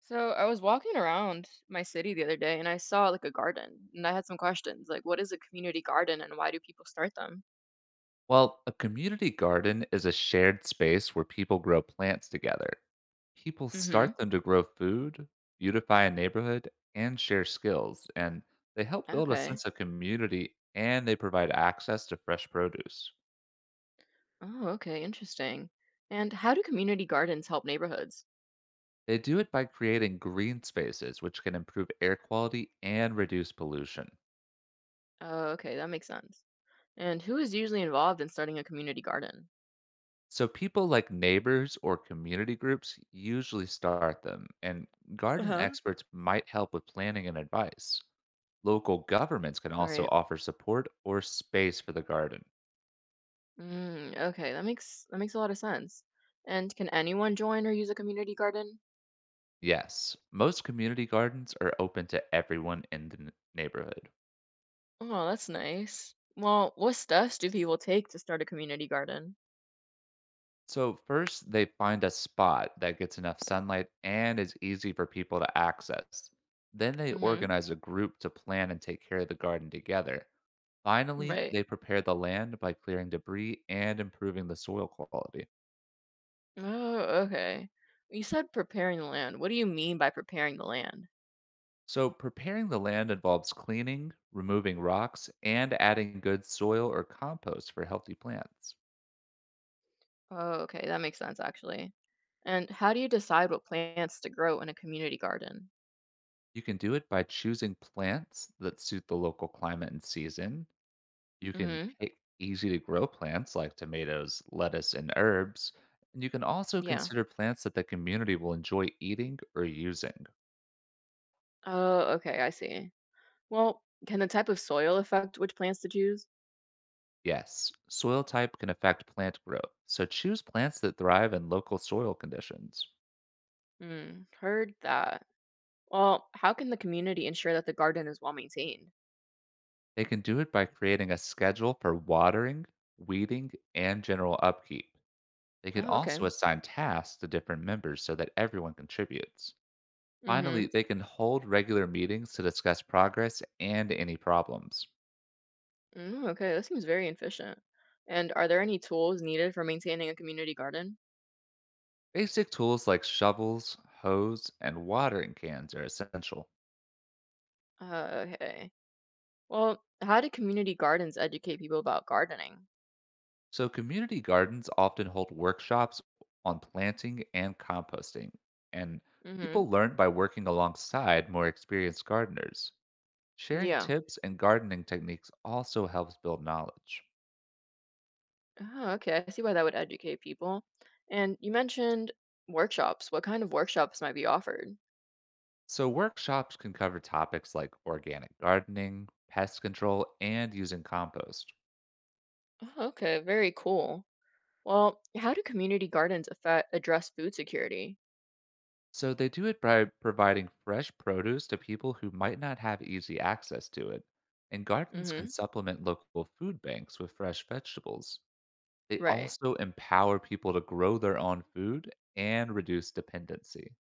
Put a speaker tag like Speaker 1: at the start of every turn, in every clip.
Speaker 1: So I was walking around my city the other day and I saw like a garden and I had some questions like what is a community garden and why do people start them?
Speaker 2: Well, a community garden is a shared space where people grow plants together. People
Speaker 1: Mhm.
Speaker 2: start them to grow food, beautify a neighborhood, and share skills, and they help build a
Speaker 1: Okay.
Speaker 2: sense of community and they provide access to fresh produce.
Speaker 1: Oh, okay, interesting. And how do community gardens help neighborhoods?
Speaker 2: They do it by creating green spaces, which can improve air quality and reduce pollution.
Speaker 1: Oh, okay, that makes sense. And who is usually involved in starting a community garden?
Speaker 2: So, people like neighbors or community groups usually start them, and
Speaker 1: Uh
Speaker 2: garden
Speaker 1: huh.
Speaker 2: experts might help with planning and advice. Local governments can
Speaker 1: All
Speaker 2: also
Speaker 1: right.
Speaker 2: offer support or space for the garden.
Speaker 1: Mm, okay, that makes a lot of sense. And can anyone join or use a community garden?
Speaker 2: Yes, most community gardens are open to everyone in the neighborhood.
Speaker 1: Oh, that's nice. Well, what steps do people take to start a community garden?
Speaker 2: So, first, they find a spot that gets enough sunlight and is easy for people to access. Then, they
Speaker 1: Mhm.
Speaker 2: organize a group to plan and take care of the garden together. Finally,
Speaker 1: Right.
Speaker 2: they prepare the land by clearing debris and improving the soil quality.
Speaker 1: Oh, okay. You said preparing the land. What do you mean by preparing the land?
Speaker 2: So, preparing the land involves cleaning, removing rocks, and adding good soil or compost for healthy plants.
Speaker 1: Oh, okay. That makes sense, actually. And how do you decide what plants to grow in a community garden?
Speaker 2: You can do it by choosing plants that suit the local climate and season. You can
Speaker 1: Mm-hmm.
Speaker 2: pick easy to grow plants like tomatoes, lettuce, and herbs. And you can also
Speaker 1: Yeah.
Speaker 2: consider plants that the community will enjoy eating or using.
Speaker 1: Oh, okay. I see. Well, can the type of soil affect which plants to choose?
Speaker 2: Yes, soil type can affect plant growth, so choose plants that thrive in local soil conditions.
Speaker 1: Hmm. Heard that. Well, how can the community ensure that the garden is well maintained?
Speaker 2: They can do it by creating a schedule for watering, weeding, and general upkeep. They can
Speaker 1: Oh, okay.
Speaker 2: also assign tasks to different members so that everyone contributes. Finally,
Speaker 1: Mm-hmm.
Speaker 2: they can hold regular meetings to discuss progress and any problems.
Speaker 1: Mm, okay. That seems very efficient. And are there any tools needed for maintaining a community garden?
Speaker 2: Basic tools like shovels, hose, and watering cans are essential.
Speaker 1: Okay. Well, how do community gardens educate people about gardening?
Speaker 2: So, community gardens often hold workshops on planting and composting, and
Speaker 1: Hmm.
Speaker 2: people learn by working alongside more experienced gardeners. Sharing
Speaker 1: Yeah.
Speaker 2: tips and gardening techniques also helps build knowledge.
Speaker 1: Oh, okay. I see why that would educate people. And you mentioned workshops. What kind of workshops might be offered?
Speaker 2: So, workshops can cover topics like organic gardening, pest control, and using compost.
Speaker 1: Oh, okay. Very cool. Well, how do community gardens affect address food security?
Speaker 2: So, they do it by providing fresh produce to people who might not have easy access to it. And gardens can
Speaker 1: Hmm.
Speaker 2: supplement local food banks with fresh vegetables. They
Speaker 1: Right.
Speaker 2: also empower people to grow their own food and reduce dependency.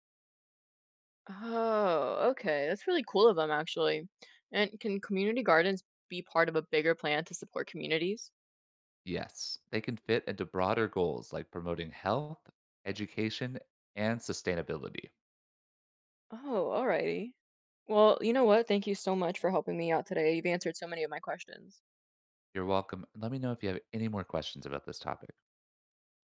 Speaker 1: Oh, okay. That's really cool of them, actually. And can community gardens be part of a bigger plan to support communities?
Speaker 2: Yes, they can fit into broader goals like promoting health, education, and sustainability.
Speaker 1: Oh, alrighty. Well, you know what? Thank you so much for helping me out today. You've answered so many of my questions.
Speaker 2: You're welcome. Let me know if you have any more questions about this topic.